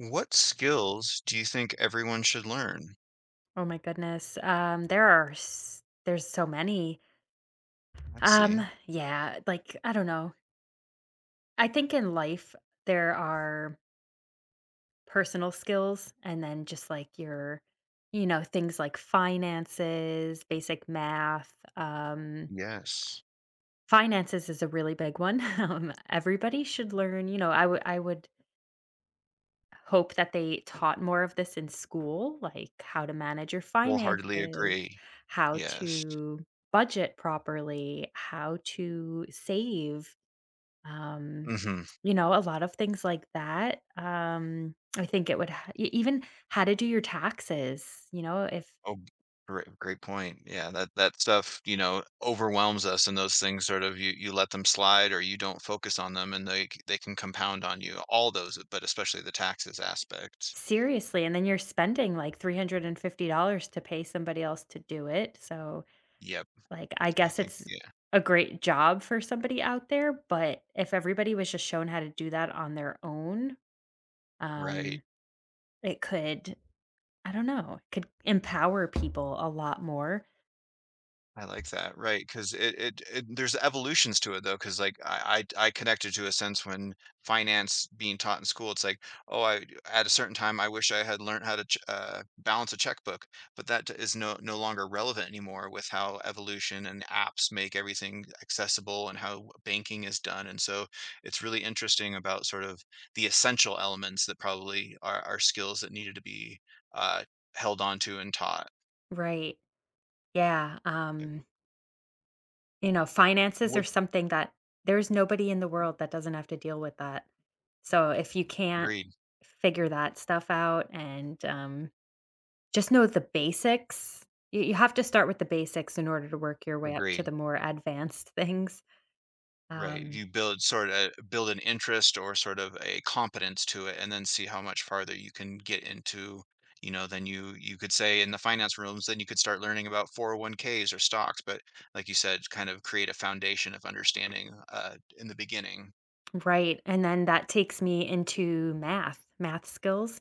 What skills do you think everyone should learn? Oh my goodness. There are s there's so many. I see. Yeah, like, I don't know. I think in life there are personal skills and then just like your things like finances, basic math. Yes. Finances is a really big one. Everybody should learn, you know, I would hope that they taught more of this in school, like how to manage your Wholeheartedly finances, agree. how Yes. to budget properly, how to save, um, mm hmm you know, a lot of things like that. I think it would h e even how to do your taxes, you know, if Oh, great, great point. Yeah, that stuff, you know, overwhelms us, and those things sort of you let them slide, or you don't focus on them, and they can compound on you. All those, but especially the taxes aspect. seriously, and then you're spending like $350 to pay somebody else to do it, so Yep, like, I I guess think. it's Yeah, a great job for somebody out there, but if everybody was just shown how to do that on their own, right. um, it could, I don't know, it could empower people a lot more. I like that, right, 'cause it there's evolutions to it though. Because like, I connected to a sense when finance being taught in school, it's like, "Oh, I at a certain time, I wish I had learned how to ch balance a checkbook," but that is no longer relevant anymore with how evolution and apps make everything accessible and how banking is done, and so it's really interesting about sort of the essential elements that probably are skills that needed to be, uh, held on to and taught. Right. Yeah, you know, finances are Would something that there's nobody in the world that doesn't have to deal with that. So, if you can't agreed, figure that stuff out and, just know the basics. You have to start with the basics in order to work your way up to agreed. the more advanced things. Right, Um, you build sort of build an interest or sort of a competence to it and then see how much farther you can get into, you know, then you could say in the finance rooms, then you could start learning about 401ks or stocks, but like you said, kind of create a foundation of understanding in the beginning. right, and then that takes me into math, math skills.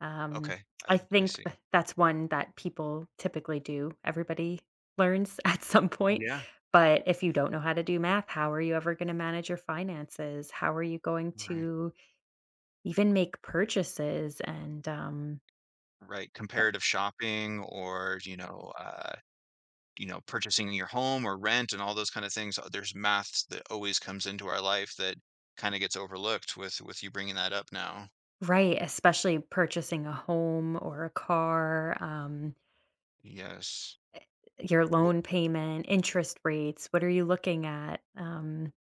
Um, Okay, I I think see. th that's one that people typically do. Everybody learns at some point, Yeah. but if you don't know how to do math, how are you ever gonna manage your finances? How are you going All right. to even make purchases and, Right, comparative shopping or, you know, purchasing your home or rent and all those kind of things, there's math that always comes into our life that kind of gets overlooked with you bringing that up now. right, especially purchasing a home or a car, Yes. your Wh- loan payment, interest rates, what are you looking at?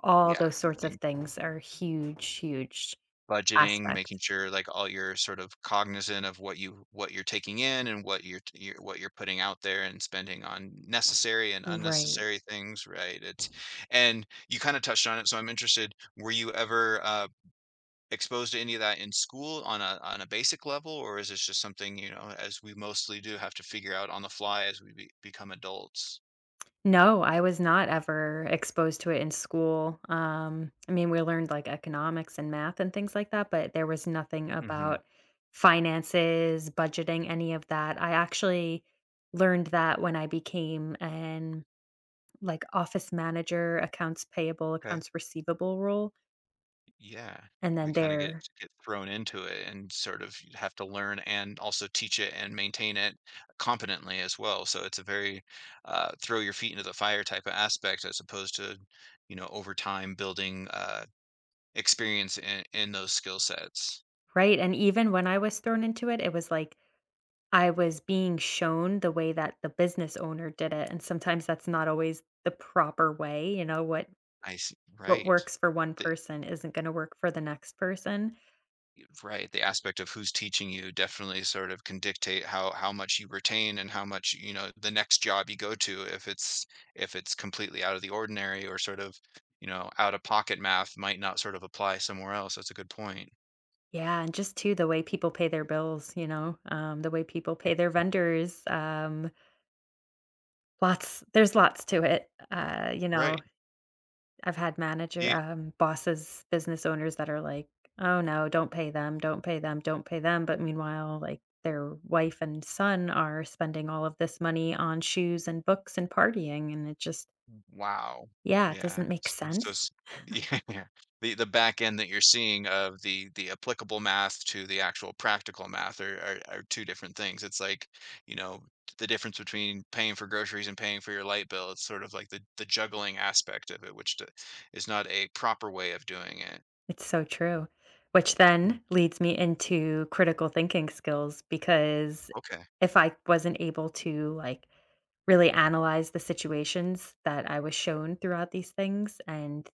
All Yeah, those I sorts of think things are huge, huge budgeting, making aspect. sure like all you're sort of cognizant of what you're taking in and what you're, t- you're what you're putting out there and spending on necessary and Right. unnecessary things, right? It's And you kind of touched on it, so I'm interested. Were you ever exposed to any of that in school on a basic level, or is this just something, you know, as we mostly do have to figure out on the fly as we become adults? No, I was not ever exposed to it in school. I mean, we learned like economics and math and things like that, but there was nothing hmm about finances, budgeting, any of that. I actually learned that when I became an, like, office manager, accounts payable, Okay. accounts receivable role, Yeah. and We then kind of get there, get thrown into it and sort of have to learn and also teach it and maintain it competently as well. So it's a very throw your feet into the fire type of aspect as opposed to, you know, over time building experience in those skill sets. right? And even when I was thrown into it, it was like I was being shown the way that the business owner did it, and sometimes that's not always the proper way, you know, I see. what Right. works for one person isn't gonna work for the next person. Right, the aspect of who's teaching you definitely sort of can dictate how much you retain and how much, you know, the next job you go to, if it's completely out of the ordinary or sort of, you know, out of pocket math might not sort of apply somewhere else. That's a good point. Yeah, and just too, the way people pay their bills, you know, the way people pay their vendors, lots there's lots to it, you Right. know. I've had manager, bosses, business owners that are like, "Oh no, don't pay them, don't pay them, don't pay them." But meanwhile, like their wife and son are spending all of this money on shoes and books and partying. And it just, Wow. yeah, it Yeah. doesn't make S so sense. s yeah. The back end that you're seeing of the applicable math to the actual practical math are two different things. It's like, you know, the difference between paying for groceries and paying for your light bill. It's sort of like the juggling aspect of it, which d is not a proper way of doing it. It's so true. Which Mm, then leads me into critical thinking skills because okay. if I wasn't able to like really analyze the situations that I was shown throughout these things and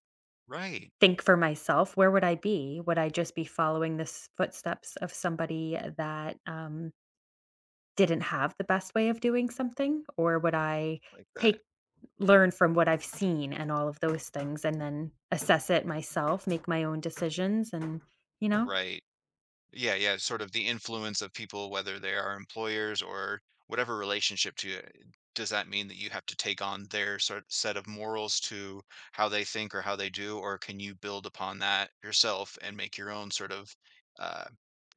Right. think for myself, where would I be? Would I just be following the footsteps of somebody that didn't have the best way of doing something, or would I Like that. take, learn from what I've seen and all of those things, and then assess it myself, make my own decisions, and you know, Right. Yeah, yeah, sort of the influence of people, whether they are employers or whatever relationship to it. Does that mean that you have to take on their sort set of morals to how they think or how they do, or can you build upon that yourself and make your own sort of uh,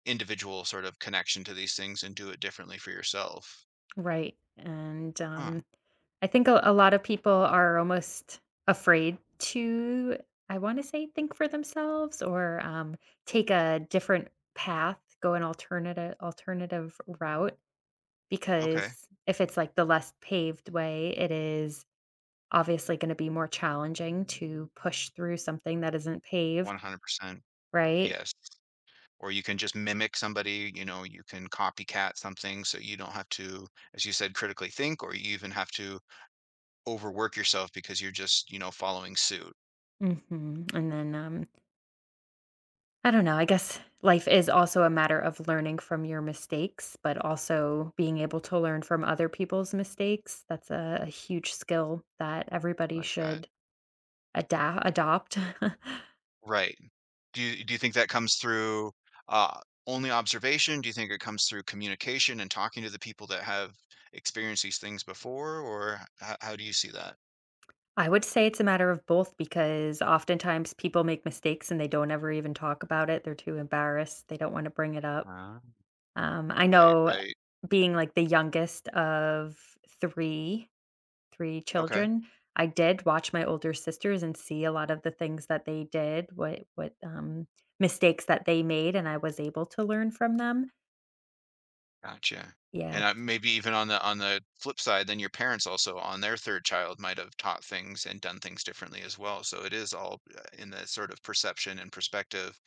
individual sort of connection to these things and do it differently for yourself? right? And Huh. um, I think a lot of people are almost afraid to, I want to say, think for themselves or take a different path, go an alternative route Okay. because if it's like the less paved way, it is obviously going to be more challenging to push through something that isn't paved, 100%. right? Yes. Or you can just mimic somebody, you know, you can copycat something so you don't have to, as you said, critically think, or you even have to overwork yourself because you're just, you know, following suit And then I don't know. I guess life is also a matter of learning from your mistakes, but also being able to learn from other people's mistakes. That's a huge skill that everybody like that. should adopt. Right. Do you think that comes through, uh, only observation? Do you think it comes through communication and talking to the people that have experienced these things before, or h how do you see that? I would say it's a matter of both because oftentimes people make mistakes and they don't ever even talk about it. They're too embarrassed. They don't want to bring it up. Ah. I Right, know, right. being like the youngest of three, 3 Okay. children, I did watch my older sisters and see a lot of the things that they did, what what mistakes that they made, and I was able to learn from them. Gotcha. Yeah, And, maybe even on the flip side, then your parents also on their 3rd child might have taught things and done things differently as well, so it is all, in the sort of perception and perspective,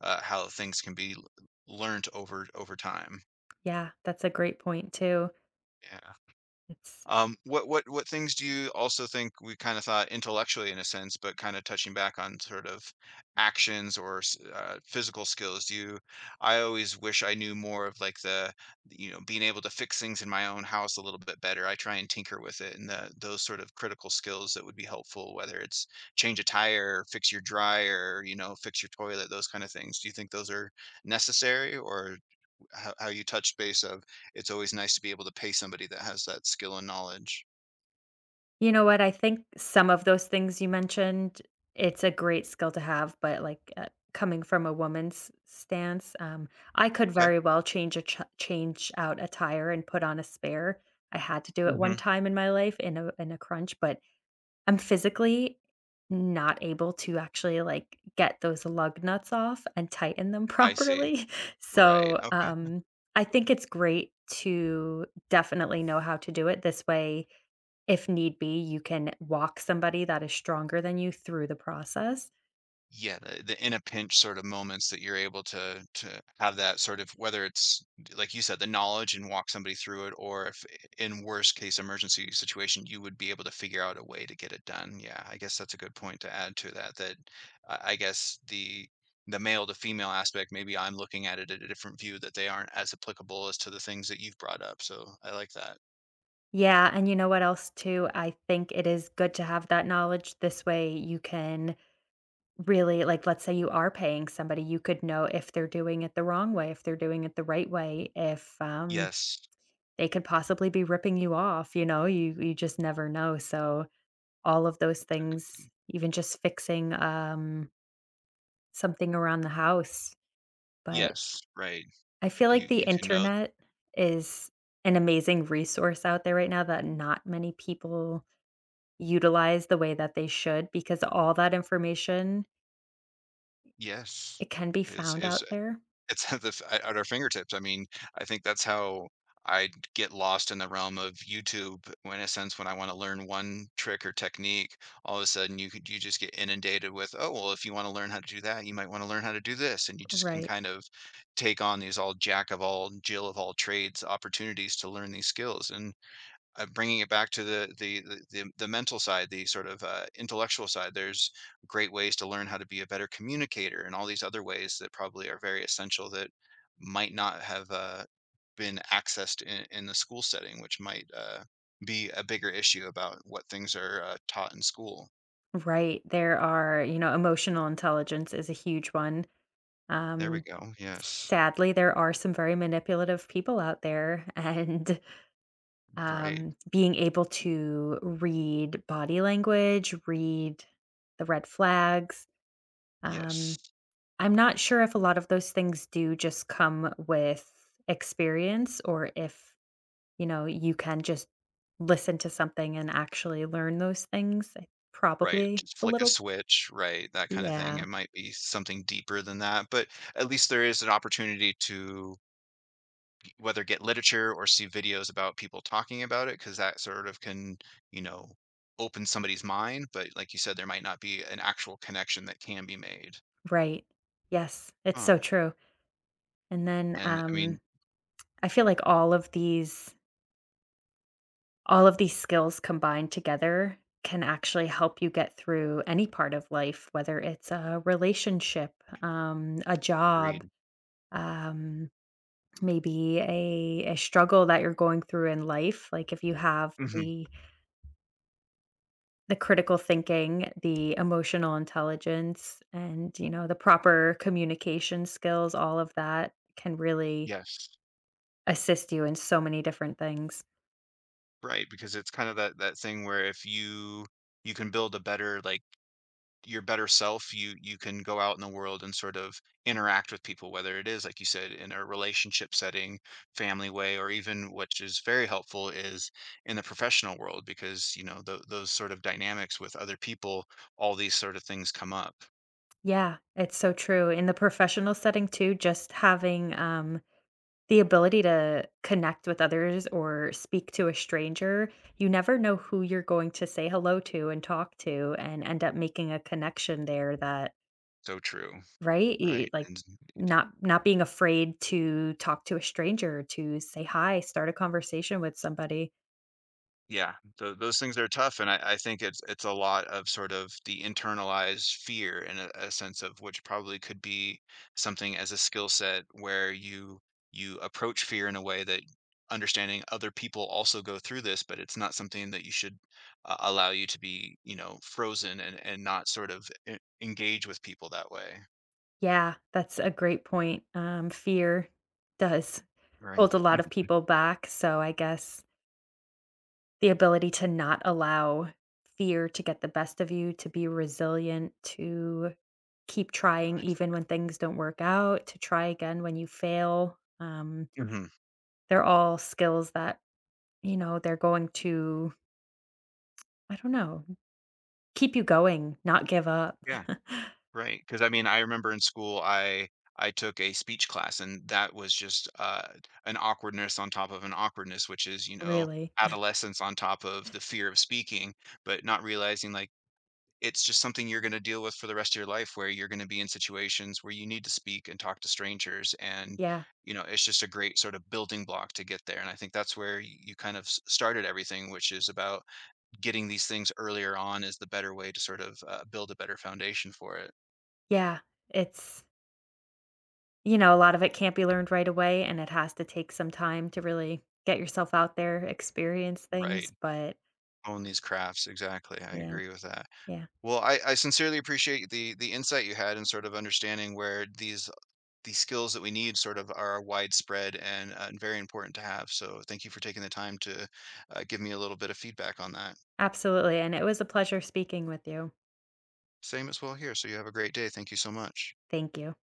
how things can be l learned over time. yeah, that's a great point too. Yeah. It's, What things do you also think we kind of thought intellectually in a sense, but kind of touching back on sort of actions or physical skills? Do you? I always wish I knew more of like the you know being able to fix things in my own house a little bit better. I try and tinker with it, and those sort of critical skills that would be helpful, whether it's change a tire, fix your dryer, you know, fix your toilet, those kind of things. Do you think those are necessary, or how you touched base of it's always nice to be able to pay somebody that has that skill and knowledge. you know what, I think some of those things you mentioned, it's a great skill to have, but, like, coming from a woman's stance, I could Okay. very well change a ch change out a tire and put on a spare. I had to do it one hmm time in my life in a crunch, but I'm physically not able to actually, like, get those lug nuts off and tighten them I see. properly. Right. So, Okay. I think it's great to definitely know how to do it this way. If need be, you can walk somebody that is stronger than you through the process. Yeah, the in a pinch sort of moments that you're able to have that sort of whether it's like you said, the knowledge and walk somebody through it, or if in worst case emergency situation, you would be able to figure out a way to get it done. Yeah, I guess that's a good point to add to that. That I guess the male to female aspect, maybe I'm looking at it at a different view that they aren't as applicable as to the things that you've brought up. So I like that. Yeah, and you know what else too? I think it is good to have that knowledge. This way you can really, like, let's say you are paying somebody, you could know if they're doing it the wrong way, if they're doing it the right way, if Yes. they could possibly be ripping you off, you know, you just never know. So all of those things, even just fixing something around the house. But Yes, right. I feel You like the you can know internet is an amazing resource out there right now that not many people utilize the way that they should because all that information yes it can be found is out there. It's at the f at our fingertips. I mean, I think that's how I get lost in the realm of YouTube, when in a sense, when I wanna learn one trick or technique, all of a sudden, you just get inundated with, "Oh, well, if you wanna learn how to do that, you might wanna learn how to do this," and you just can Right, kind of take on these all jack of all, jill of all trades opportunities to learn these skills, and bringing it back to the mental side, the sort of intellectual side, there's great ways to learn how to be a better communicator, and all these other ways that probably are very essential that might not have been accessed in the school setting, which might be a bigger issue about what things are taught in school. right. There are, you know, emotional intelligence is a huge one. There we Um, go. Yes. Sadly, there are some very manipulative people out there, and Right. Being able to read body language, read the red flags, Yes. um, I'm not sure if a lot of those things do just come with experience or if, you know, you can just listen to something and actually learn those things. I- Right. probably Just a flick a little. switch. Right. That kind of thing. Yeah, It might be something deeper than that, but at least there is an opportunity to whether get literature or see videos about people talking about it because that sort of can you know open somebody's mind but like you said there might not be an actual connection that can be made right. Yes, it's huh. so true. And then and I mean I feel like all of these, all of these skills combined together can actually help you get through any part of life, whether it's a relationship, a agreed job, um, maybe a struggle that you're going through in life, like if you have hmm the critical thinking, the emotional intelligence and, you know, the proper communication skills, all of that can really yes assist you in so many different things. right because it's kind of that thing where if you you can build a better like your better self, you can go out in the world and sort of interact with people, whether it is, like you said, in a relationship setting, family way, or even which is very helpful is in the professional world because you know those sort of dynamics with other people, all these sort of things come up. Yeah, it's so true. In the professional setting too, just having, the ability to connect with others or speak to a stranger, you never know who you're going to say hello to and talk to and end up making a connection there that, So true, right? Y, right? like, And not being afraid to talk to a stranger, to say hi, start a conversation with somebody. Yeah, those things are tough, and I think it's a lot of sort of the internalized fear and a sense of which probably could be something as a skill set where you approach fear in a way that understanding other people also go through this, but it's not something that you should a allow you to be, you know, frozen and not sort of e engage with people that way. Yeah, that's a great point. Fear does Right. hold a lot of Mhm. people back, so I guess the ability to not allow fear to get the best of you, to be resilient, to keep I trying like even when things don't work out, to try again when you fail, that. Mhm. they're all skills that, you know, they're going to, I don't know, keep you going, not give up. Yeah. Right, because I mean, I remember in school, I took a speech class, and that was just, an awkwardness on top of an awkwardness, which is, you know, Really. adolescence on top of the fear of speaking, but not realizing, like, it's just something you're gonna deal with for the rest of your life where you're gonna be in situations where you need to speak and talk to strangers, and, Yeah. you know, it's just a great sort of building block to get there, and I think that's where y you kind of s started everything, which is about getting these things earlier on is the better way to sort of, build a better foundation for it. Yeah. It's, you know, a lot of it can't be learned right away, and it has to take some time to really get yourself out there, experience Right. things, but Own these crafts, exactly, I yeah, agree with that. yeah. Well, I sincerely appreciate the insight you had in sort of understanding where these skills that we need sort of are widespread and, very important to have, so thank you for taking the time to, give me a little bit of feedback on that. Absolutely, and it was a pleasure speaking with you. Same as well here, so you have a great day, thank you so much. Thank you.